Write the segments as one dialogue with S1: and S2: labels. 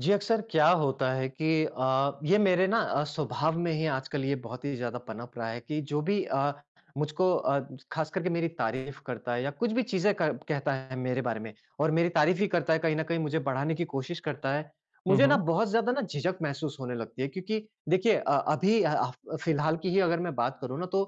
S1: जी, अक्सर क्या होता है कि ये मेरे ना स्वभाव में ही आजकल ये बहुत ही ज़्यादा पनप रहा है कि जो भी मुझको ख़ास करके मेरी तारीफ़ करता है या कुछ भी चीज़ें क कहता है मेरे बारे में और मेरी तारीफ़ ही करता है, कहीं न कहीं मुझे बढ़ाने की कोशिश करता है।
S2: हुँ,
S1: मुझे ना
S2: हुँ।
S1: बहुत ज़्यादा ना झिझक महसूस होने लगती है क्योंकि देखिए अभी अ, आफ फ़िलहाल की ही अगर मैं बात करूँ ना तो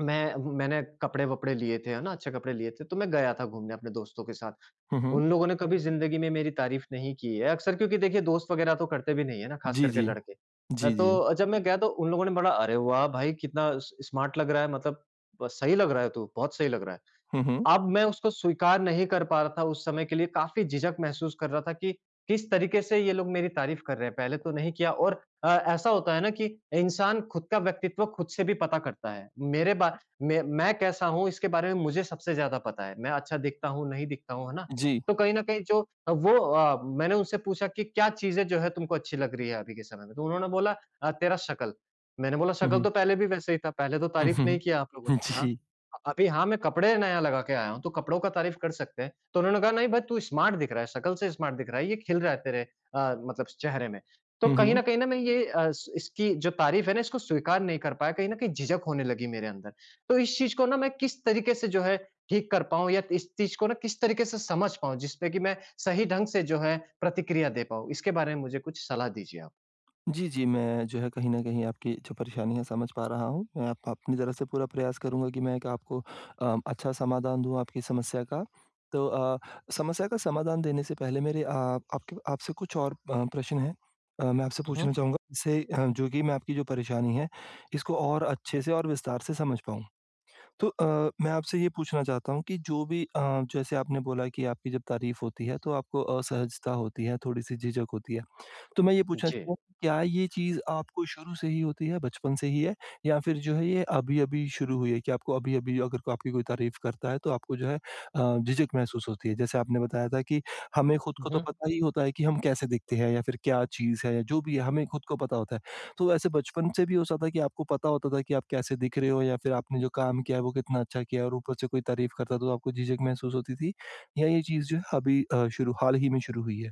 S1: मैंने कपड़े-वपड़े लिए थे, है ना? अच्छे कपड़े लिए थे, तो मैं गया था घूमने अपने दोस्तों के साथ।
S2: हुँ, हुँ।
S1: उन लोगों ने कभी ज़िंदगी में मेरी तारीफ़ नहीं की है, अक्सर क्योंकि देखिए दोस्त वग़ैरह तो करते भी नहीं है ना, ख़ास
S2: जी,
S1: करके
S2: जी।
S1: लड़के।
S2: जी, जी।
S1: तो जब मैं गया तो उन लोगों ने बड़ा, "अरे वाह! भाई कितना स स्मार्ट लग रहा है मतलब ब सही लग रहा है तू, बहुत सही लग रहा है।"
S2: हुँ, हुँ।
S1: अब मैं उसको स्वीकार नहीं कर पा रहा था उस समय के लिए, काफ़ी झिझक महसूस कर रहा था कि किस तरीके से ये लोग मेरी तारीफ़ कर रहे हैं, पहले तो नहीं किया और ऐसा होता है ना कि इंसान खुद का व्यक्तित्व खुद से भी पता करता है। मेरे बा मैं कैसा हूँ इसके बारे में मुझे सबसे ज़्यादा पता है, मैं अच्छा दिखता हूँ, नहीं दिखता हूँ, है ना?
S2: जी।
S1: तो कहीं न कहीं मैंने उनसे पूछा कि क्या चीज़ें जो है तुमको अच्छी लग रही है अभी के समय में? तो उन्होंने बोला "तेरा शकल।" मैंने बोला
S2: हुँ,
S1: शकल
S2: हुँ।
S1: तो पहले भी वैसे ही था, पहले तो तारीफ़ नहीं
S2: हुँ,
S1: किया आप लोगों ने।
S2: हुँ।
S1: हाँ।
S2: जी।
S1: अभी हाँ, मैं कपड़े नया लगा के आया हूँ, तो कपड़ों का तारीफ़ कर सकते हैं। तो उन्होंने कहा, "नहीं भाई, तू स्मार्ट दिख रहा है, शकल से स्मार्ट दिख रहा है, ये खिल रहा है तेरे मतलब चेहरे में।" तो
S2: हुँ,
S1: कहीं न
S2: हुँ।
S1: कहीं ना मैं ये अ, स इसकी जो तारीफ़ है ना, इसको स्वीकार नहीं कर पाया, कहीं न कहीं झिझक होने लगी मेरे अंदर। तो इस चीज़ को ना मैं किस तरीके से जो है ठीक कर पाऊँ या इस चीज़ को ना किस तरीके से समझ पाऊँ, जिसपे कि मैं सही ढंग से जो है प्रतिक्रिया दे पाऊँ? इसके बारे में मुझे कुछ सलाह दीजिए आप।
S2: जी, जी, मैं जो है कहीं न कहीं आपकी जो परेशानी है समझ पा रहा हूँ। मैं आप अपनी तरफ से पूरा प्रयास करूँगा कि मैं एक आपको अच्छा समाधान दूँ आपकी समस्या का। तो अ, समस्या का समाधान देने से पहले मेरे आपके आपसे कुछ और प्रश्न हैं, मैं आपसे
S1: हुँ,
S2: पूछना
S1: हुँ।
S2: चाहूँगा जिससे जो कि मैं आपकी जो परेशानी है इसको और अच्छे से और विस्तार से समझ पाऊँ। मैं आपसे ये पूछना चाहता हूँ कि जो भी जैसे आपने बोला कि आपकी जब तारीफ़ होती है तो आपको असहजता होती है, थोड़ी-सी झिझक होती है। तो मैं ये पूछना
S1: जी।
S2: चाहूँगा कि क्या ये चीज़ आपको शुरू से ही होती है, बचपन से ही है? या फिर जो है ये अभी-अभी शुरू हुई है कि आपको अभी-अभी अगर को आपकी कोई तारीफ़ करता है तो आपको जो है झिझक महसूस होती है? जैसे आपने बताया था कि हमें खुद को तो पता ही होता है कि हम कैसे दिखते हैं या फिर क्या चीज़ है या जो भी है हमें खुद को पता होता है। तो ऐसे बचपन से भी हो सकता है कि आपको पता होता था कि आप कैसे दिख रहे हो या फिर आपने जो काम किया है वो कितना अच्छा किया है और ऊपर से कोई तारीफ़ करता तो आपको झिझक महसूस होती थी? या ये चीज़ जो है अभी शुरू हाल ही में शुरू हुई है?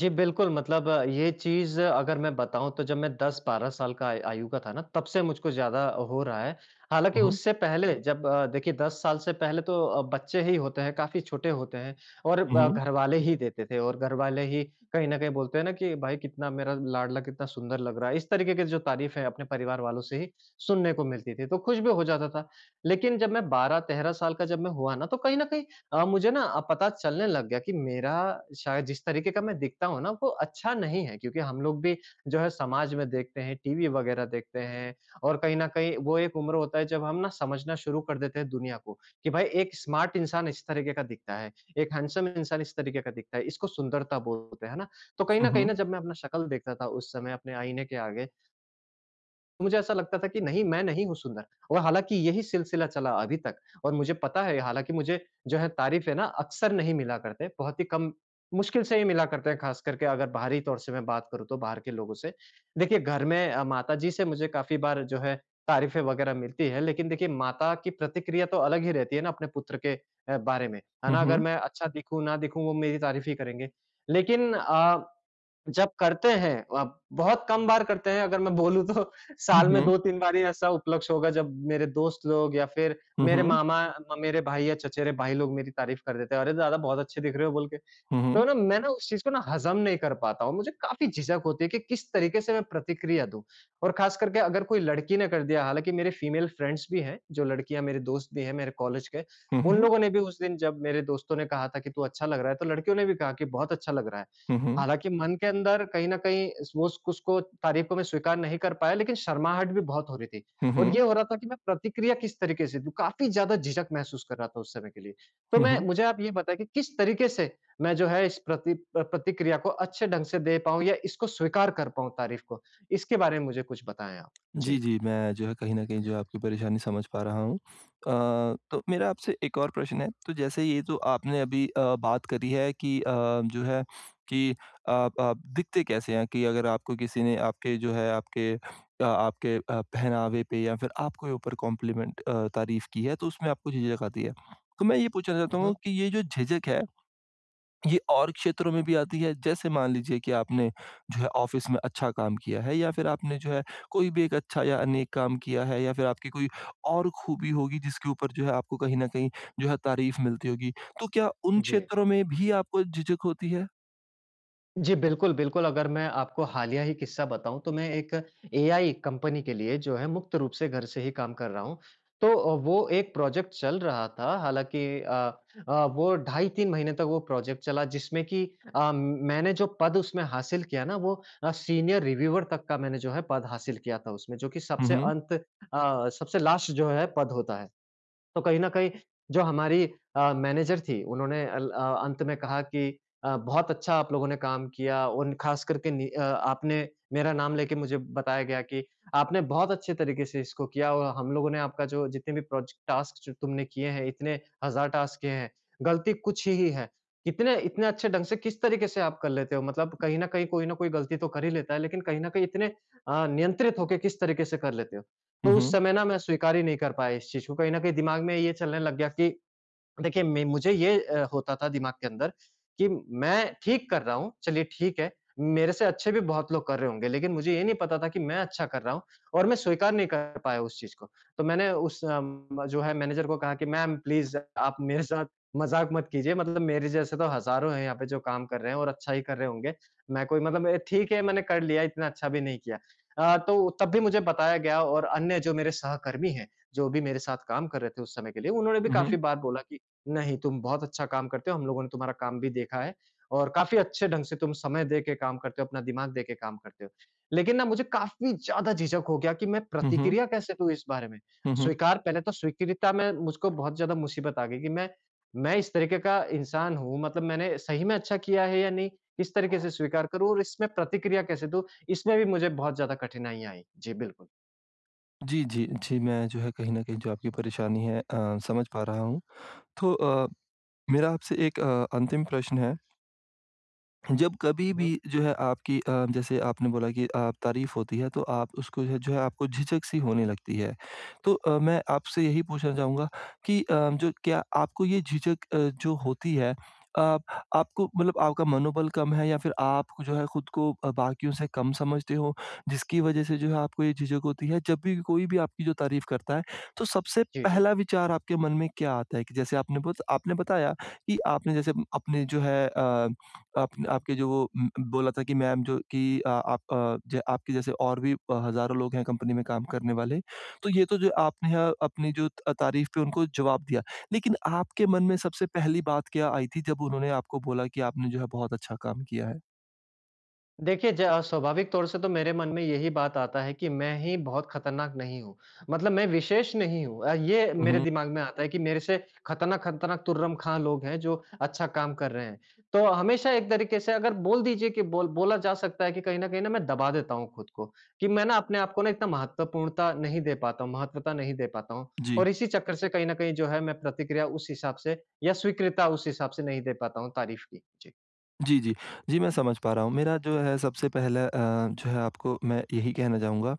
S1: जी, बिल्कुल मतलब ये चीज़ अगर मैं बताऊँ तो जब मैं 10-12 साल का आय आयु का था ना तब से मुझको ज़्यादा हो रहा है। हालाँकि
S2: हुँ, हुँ।
S1: उससे पहले जब देखिए 10 साल से पहले तो बच्चे ही होते हैं, काफ़ी छोटे होते हैं और
S2: हुँ,
S1: ब
S2: हुँ।
S1: घरवाले ही देते थे और घरवाले ही कहीं न कहीं बोलते हैं ना कि भाई कितना मेरा लाडला कितना सुंदर लग रहा है। इस तरीके की जो तारीफ़ है अपने परिवार वालों से ही सुनने को मिलती थी, तो खुश भी हो जाता था। लेकिन जब मैं 12-13 साल का जब मैं हुआ ना तो कहीं न कहीं मुझे ना पता चलने लग गया कि मेरा शायद जिस तरीके का मैं दिखता हूँ ना वो अच्छा नहीं है क्योंकि हम लोग भी जो है समाज में देखते हैं, टीवी वगैरह देखते हैं और कहीं न कहीं वो एक उम्र होता है जब हम ना समझना शुरू कर देते हैं दुनिया को, कि भाई एक स्मार्ट इंसान इस तरीके का दिखता है, एक हैंडसम इंसान इस तरीके का दिखता है, इसको सुंदरता बोलते हैं, है ना? तो कहीं
S2: हुँ,
S1: न कहीं ना
S2: हुँ।
S1: जब मैं अपना शक्ल देखता था उस समय अपने आईने के आगे तो मुझे ऐसा लगता था कि नहीं, मैं नहीं हूँ सुंदर और हालाँकि यही सिलसिला चला अभी तक और मुझे पता है हालाँकि मुझे जो है तारीफ़ है ना अक्सर नहीं मिला करते, बहुत ही कम मुश्किल से ही मिला करते हैं ख़ास करके अगर बाहरी तौर से मैं बात करूँ तो बाहर के लोगों से। देखिए घर में माताजी से मुझे काफ़ी बार जो है तारीफ़ें वग़ैरह मिलती है, लेकिन देखिए माता की प्रतिक्रिया तो अलग ही रहती है ना अपने पुत्र के बारे में, है
S2: हुँ,
S1: ना? अगर
S2: हुँ।
S1: मैं अच्छा दिखूँ, ना दिखूँ वो मेरी तारीफ़ ही करेंगे। लेकिन जब करते हैं अब बहुत कम बार करते हैं अगर मैं बोलूँ तो
S2: हुँ,
S1: साल में
S2: हुँ।
S1: 2-3 बार ही ऐसा उपलक्ष्य होगा जब मेरे दोस्त लोग या फिर
S2: हुँ,
S1: मेरे
S2: हुँ।
S1: मामा, मेरे भाई या चचेरे भाई लोग मेरी तारीफ़ कर देते हैं, "अरे! दादा बहुत अच्छे दिख रहे हो" बोल के।
S2: हुँ,
S1: तो
S2: हुँ।
S1: ना मैं ना उस चीज़ को ना हज़म नहीं कर पाता हूँ, मुझे काफ़ी झिझक होती है कि किस तरीके से मैं प्रतिक्रिया दूँ और ख़ास करके अगर कोई लड़की ने कर दिया हालाँकि मेरे फीमेल फ्रेंड्स भी हैं, जो लड़कियाँ मेरे दोस्त भी हैं मेरे कॉलेज के,
S2: हुँ,
S1: उन
S2: हुँ।
S1: लोगों ने भी उस दिन जब मेरे दोस्तों ने कहा था कि तू अच्छा लग रहा है, तो लड़कियों ने भी कहा कि बहुत अच्छा लग रहा है।
S2: हुँ, हुँ।
S1: हालाँकि मन के अंदर कहीं न कहीं इस वो उस उसको तारीफ़ को मैं स्वीकार नहीं कर पाया लेकिन शर्माहट भी बहुत हो रही थी
S2: हुँ,
S1: और ये
S2: हुँ।
S1: हो रहा था कि मैं प्रतिक्रिया किस तरीके से दूँ, काफ़ी ज़्यादा झिझक महसूस कर रहा था उस समय के लिए। तो
S2: हुँ,
S1: मैं
S2: हुँ।
S1: मुझे आप ये बताएँ कि किस तरीके से मैं जो है प्रतिक्रिया को अच्छे ढंग से दे पाऊँ या इसको स्वीकार कर पाऊँ तारीफ़ को। इसके बारे में मुझे कुछ बताएँ आप?
S2: जी,
S1: जी।
S2: जी, मैं जो है कहीं न कहीं जो है आपकी परेशानी समझ पा रहा हूँ। तो मेरा आपसे एक और प्रश्न है, तो जैसे ये जो आपने अभी बात करी है कि जो है कि आप दिखते कैसे हैं? कि अगर आपको किसी ने आपके जो है आपके आपके पहनावे पे या फिर आपके ऊपर कॉम्प्लीमेंट तारीफ़ की है, तो उसमें आपको झिझक आती है। तो मैं ये पूछना चाहता
S1: हुँ,
S2: हूँ
S1: हुँ।
S2: कि ये जो झिझक है ये और क्षेत्रों में भी आती है, जैसे मान लीजिए कि आपने जो है ऑफिस में अच्छा काम किया है या फिर आपने जो है कोई भी एक अच्छा या अनेक काम किया है या फिर आपकी कोई और खूबी होगी जिसके ऊपर जो है आपको कहीं न कहीं जो है तारीफ मिलती होगी। तो क्या उन
S1: जी।
S2: क्षेत्रों में भी आपको झिझक होती है?
S1: जी, बिल्कुल, बिल्कुल। अगर मैं आपको हालिया ही किस्सा बताऊँ तो मैं एक एआई कंपनी के लिए जो है मुक्त रूप से घर से ही काम कर रहा हूँ। तो वो एक प्रोजेक्ट चल रहा था हालाँकि वो ढाई 3 महीने तक वो प्रोजेक्ट चला जिसमें कि मैंने जो पद उसमें हासिल किया ना वो सीनियर रिव्यूअर तक का मैंने जो है पद हासिल किया था उसमें जो कि
S2: हुँ, हुँ।
S1: सबसे लास्ट जो है पद होता है। तो कहीं न कहीं जो हमारी मैनेजर थी उन्होंने अंत में कहा कि बहुत अच्छा आप लोगों ने काम किया और ख़ास करके आपने मेरा नाम लेके मुझे बताया गया कि आपने बहुत अच्छे तरीके से इसको किया और हम लोगों ने आपका जो जितने भी प्रोजेक्ट टास्क जो तुमने किए हैं, इतने हज़ार टास्क किए हैं, गलती कुछ ही है। कितने इतने अच्छे ढंग से किस तरीके से आप कर लेते हो? मतलब कहीं न कहीं कोई न कोई गलती तो कर ही लेता है, लेकिन कहीं न कहीं इतने नियंत्रित होके किस तरीके से कर लेते हो?
S2: हुँ,
S1: तो उस
S2: हुँ।
S1: समय ना मैं स्वीकार ही नहीं कर पाया इस चीज़ को, कहीं न कहीं दिमाग में ये चलने लग गया कि देखिए, मैं मुझे ये होता था दिमाग के अंदर कि मैं ठीक कर रहा हूँ, चलिए ठीक है, मेरे से अच्छे भी बहुत लोग कर रहे होंगे, लेकिन मुझे ये नहीं पता था कि मैं अच्छा कर रहा हूँ और मैं स्वीकार नहीं कर पाया उस चीज़ को। तो मैंने उस जो है मैनेजर को कहा कि मैम प्लीज़ आप मेरे साथ मज़ाक मत कीजिए, मतलब मेरे जैसे तो हज़ारों हैं यहाँ पे जो काम कर रहे हैं और अच्छा ही कर रहे होंगे। मैं कोई मतलब ठीक है मैंने कर लिया, इतना अच्छा भी नहीं किया। तो तब भी मुझे बताया गया और अन्य जो मेरे सहकर्मी हैं, जो भी मेरे साथ काम कर रहे थे उस समय के लिए, उन्होंने भी
S2: हुँ,
S1: काफ़ी
S2: हुँ।
S1: बार बोला कि नहीं, तुम बहुत अच्छा काम करते हो, हम लोगों ने तुम्हारा काम भी देखा है और काफ़ी अच्छे ढंग से तुम समय दे के काम करते हो, अपना दिमाग दे के काम करते हो। लेकिन ना मुझे काफ़ी ज़्यादा झिझक हो गया कि मैं
S2: हुँ, हुँ।
S1: प्रतिक्रिया कैसे दूँ इस बारे में?
S2: हुँ, हुँ।
S1: स्वीकार पहले तो स्वीकृता में मुझको बहुत ज़्यादा मुसीबत आ गई कि मैं इस तरीके का इंसान हूँ, मतलब मैंने सही में अच्छा किया है या नहीं, किस तरीके से स्वीकार करूँ और इसमें प्रतिक्रिया कैसे दूँ? इसमें भी मुझे बहुत ज़्यादा कठिनाइयाँ आई। जी, बिल्कुल।
S2: जी, जी। जी, मैं जो है कहीं न कहीं जो आपकी परेशानी है समझ पा रहा हूँ। तो अ, मेरा आपसे एक अंतिम प्रश्न है। जब कभी
S1: हुँ,
S2: भी
S1: हुँ।
S2: जो है आपकी जैसे आपने बोला कि तारीफ़ होती है तो आप उसको जो है आपको झिझक-सी होने लगती है। मैं आपसे यही पूछना चाहूँगा कि जो क्या आपको ये झिझक जो होती है आप आपको मतलब आपका मनोबल कम है या फिर आप जो है खुद को बाकियों से कम समझते हो जिसकी वज़ह से जो है आपको ये झिझक होती है? जब भी कोई भी आपकी जो तारीफ़ करता है तो सबसे
S1: जी, जी।
S2: पहला विचार आपके मन में क्या आता है? कि जैसे आपने बत आपने बताया कि आपने जैसे अपने जो है आप आपके जो वो बोला था कि मैम जो कि आप ज आपके जैसे और भी हज़ारों लोग हैं कंपनी में काम करने वाले। तो ये तो जो आपने है अपनी जो त तारीफ़ पे उनको जवाब दिया। लेकिन आपके मन में सबसे पहली बात क्या आई थी जब उन्होंने आपको बोला कि आपने जो है बहुत अच्छा काम किया है?
S1: देखिए, ज स्वाभाविक तौर से तो मेरे मन में यही बात आता है कि मैं ही बहुत खतरनाक नहीं हूँ। मतलब मैं विशेष नहीं हूँ ये
S2: हुँ,
S1: मेरे
S2: हुँ।
S1: दिमाग में आता है कि मेरे से खतरनाक-खतरनाक तुर्रम-खां लोग हैं जो अच्छा काम कर रहे हैं। तो हमेशा एक तरीके से अगर बोल दीजिए कि बोला जा सकता है कि कहीं न कहीं ना मैं दबा देता हूँ खुद को, कि मैं ना अपने आप को ना इतना महत्वपूर्णता नहीं दे पाता हूँ, महत्वता नहीं दे पाता हूँ।
S2: जी।
S1: और इसी चक्कर से कहीं न कहीं जो है मैं प्रतिक्रिया उस हिसाब से या स्वीकृता उस हिसाब से नहीं दे पाता हूँ तारीफ़ की। जी।
S2: जी, जी। जी, मैं समझ पा रहा हूँ। मेरा जो है सबसे पहला जो है आपको मैं यही कहना चाहूँगा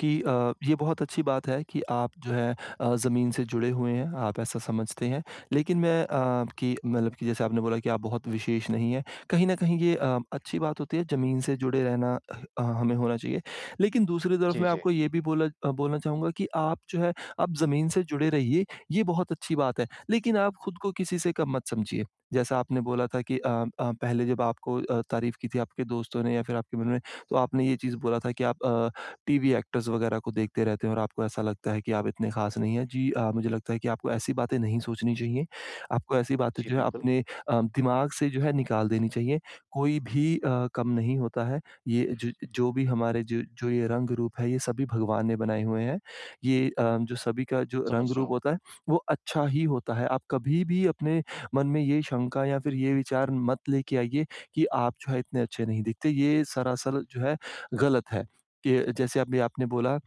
S2: कि ये बहुत अच्छी बात है कि आप जो है ज़मीन से जुड़े हुए हैं, आप ऐसा समझते हैं। लेकिन मैं कि मतलब कि जैसे आपने बोला कि आप बहुत विशेष नहीं हैं, कहीं न कहीं ये अच्छी बात होती है ज़मीन से जुड़े रहना, हमें होना चाहिए। लेकिन दूसरी तरफ
S1: जी,
S2: मैं
S1: जी। जी।
S2: आपको ये भी बोलना चाहूँगा कि आप जो है आप ज़मीन से जुड़े रहिए, ये बहुत अच्छी बात है। लेकिन आप खुद को किसी से कम मत समझिए। जैसा आपने बोला था कि पहले जब आपको तारीफ़ की थी आपके दोस्तों ने या फिर आपके मन में, तो आपने ये चीज़ बोला था कि आप टीवी एक्टर्स वगैरह को देखते रहते हैं और आपको ऐसा लगता है कि आप इतने ख़ास नहीं हैं। जी मुझे लगता है कि आपको ऐसी बातें नहीं सोचनी चाहिए। आपको ऐसी बातें
S1: जी,
S2: जो है
S1: बिल्कुल,
S2: अपने दिमाग से जो है निकाल देनी चाहिए। कोई भी कम नहीं होता है। ये जो जो भी हमारे जो जो ये रंग रूप है ये सभी भगवान ने बनाए हुए हैं। ये जो सभी का जो
S1: समझ
S2: रंग
S1: रहा
S2: रूप
S1: हूँ।
S2: होता है वो अच्छा ही होता है। आप कभी भी अपने मन में ये शंका या फिर ये विचार मत लेके आइए कि आप जो है इतने अच्छे नहीं दिखते। ये सरासर जो है गलत है। कि जैसे अभी आपने बोला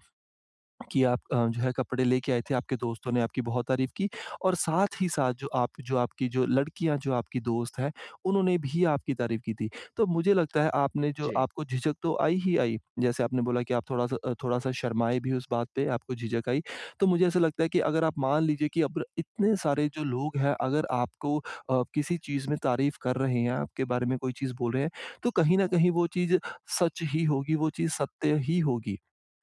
S2: कि आप जो है कपड़े लेके आए थे, आपके दोस्तों ने आपकी बहुत तारीफ़ की और साथ ही साथ जो आप जो आपकी जो लड़कियाँ जो आपकी दोस्त हैं, उन्होंने भी आपकी तारीफ़ की थी। तो मुझे लगता है आपने जो
S1: जी,
S2: आपको झिझक तो आई ही आई, जैसे आपने बोला कि आप थोड़ा-सा थोड़ा-सा शर्माए भी उस बात पे, आपको झिझक आई। तो मुझे ऐसा लगता है कि अगर आप मान लीजिए कि अब इतने सारे जो लोग हैं, अगर आपको किसी चीज़ में तारीफ़ कर रहे हैं, आपके बारे में कोई चीज़ बोल रहे हैं, तो कहीं न कहीं वो चीज़ सच ही होगी, वो चीज़ सत्य ही होगी।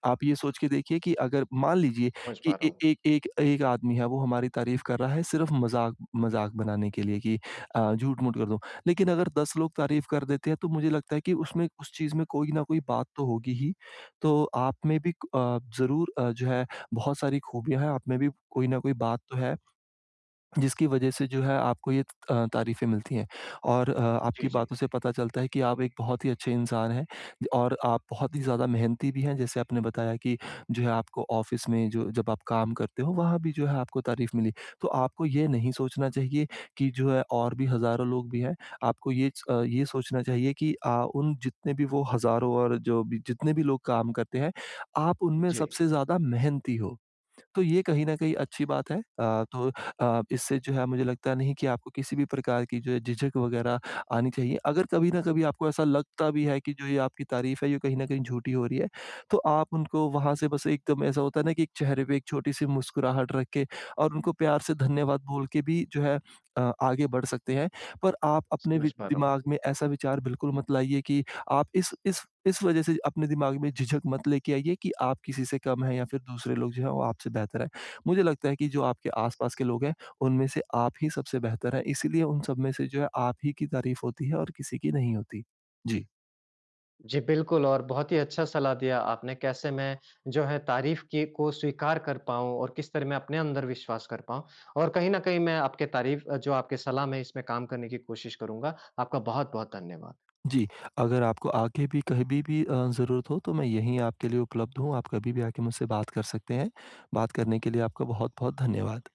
S2: आप ये सोच के देखिए कि अगर मान लीजिए
S1: समझ पा
S2: कि
S1: रहा
S2: ए
S1: हूँ।
S2: एक एक एक आदमी है वो हमारी तारीफ़ कर रहा है सिर्फ़ मज़ाक मज़ाक बनाने के लिए कि झूठ-मूठ कर दूँ। लेकिन अगर 10 लोग तारीफ़ कर देते हैं तो मुझे लगता है कि उसमें उस चीज़ में कोई न कोई बात तो होगी ही। तो आप में भी ज़रूर जो है बहुत सारी खूबियाँ हैं, आप में भी कोई न कोई बात तो है। जिसकी वजह से जो है आपको ये तारीफ़ें मिलती हैं और
S1: जी,
S2: आपकी
S1: जी,
S2: बातों से पता चलता है कि आप एक बहुत ही अच्छे इंसान हैं और आप बहुत ही ज़्यादा मेहनती भी हैं। जैसे आपने बताया कि जो है आपको ऑफ़िस में जो जब आप काम करते हो वहाँ भी जो है आपको तारीफ़ मिली। तो आपको ये नहीं सोचना चाहिए कि जो है और भी हज़ारों लोग भी हैं। आपको ये ये सोचना चाहिए कि उन जितने भी वो हज़ारों और जो भी जितने भी लोग काम करते हैं, आप उनमें
S1: जी,
S2: सबसे ज़्यादा मेहनती हो। तो ये कहीं न कहीं अच्छी बात है। तो इससे जो है मुझे लगता नहीं कि आपको किसी भी प्रकार की जो है झिझक वगैरह आनी चाहिए। अगर कभी न कभी आपको ऐसा लगता भी है कि जो ये आपकी तारीफ़ है ये कहीं न कहीं झूठी हो रही है, तो आप उनको वहाँ से बस एकदम ऐसा होता है ना कि एक चेहरे पे एक छोटी-सी मुस्कुराहट रख के और उनको प्यार से धन्यवाद बोल के भी जो है आगे बढ़ सकते हैं। पर आप अपने वि
S1: समझ पा रहा हूँ।
S2: दिमाग में ऐसा विचार बिल्कुल मत लाइए कि आप इस इस वजह से अपने दिमाग में झिझक मत लेके आइए कि आप किसी से कम हैं या फिर दूसरे लोग जो हैं वो आपसे बेहतर हैं। मुझे लगता है कि जो आपके आस-पास के लोग हैं, उनमें से आप ही सबसे बेहतर हैं, इसीलिए उन सब में से जो है आप ही की तारीफ़ होती है और किसी की नहीं होती। जी।
S1: जी, बिल्कुल और बहुत ही अच्छा सलाह दिया आपने कैसे मैं जो है तारीफ़ की को स्वीकार कर पाऊँ और किस तरह मैं अपने अंदर विश्वास कर पाऊँ और कहीं न कहीं मैं आपके तारीफ़ जो आपके सलाह में इसमें काम करने की कोशिश करूँगा। आपका बहुत-बहुत धन्यवाद।
S2: जी, अगर आपको आगे भी कभी भी ज़रूरत हो तो मैं यहीं आपके लिए उपलब्ध हूँ, आप कभी भी आके मुझसे बात कर सकते हैं। बात करने के लिए आपका बहुत-बहुत धन्यवाद।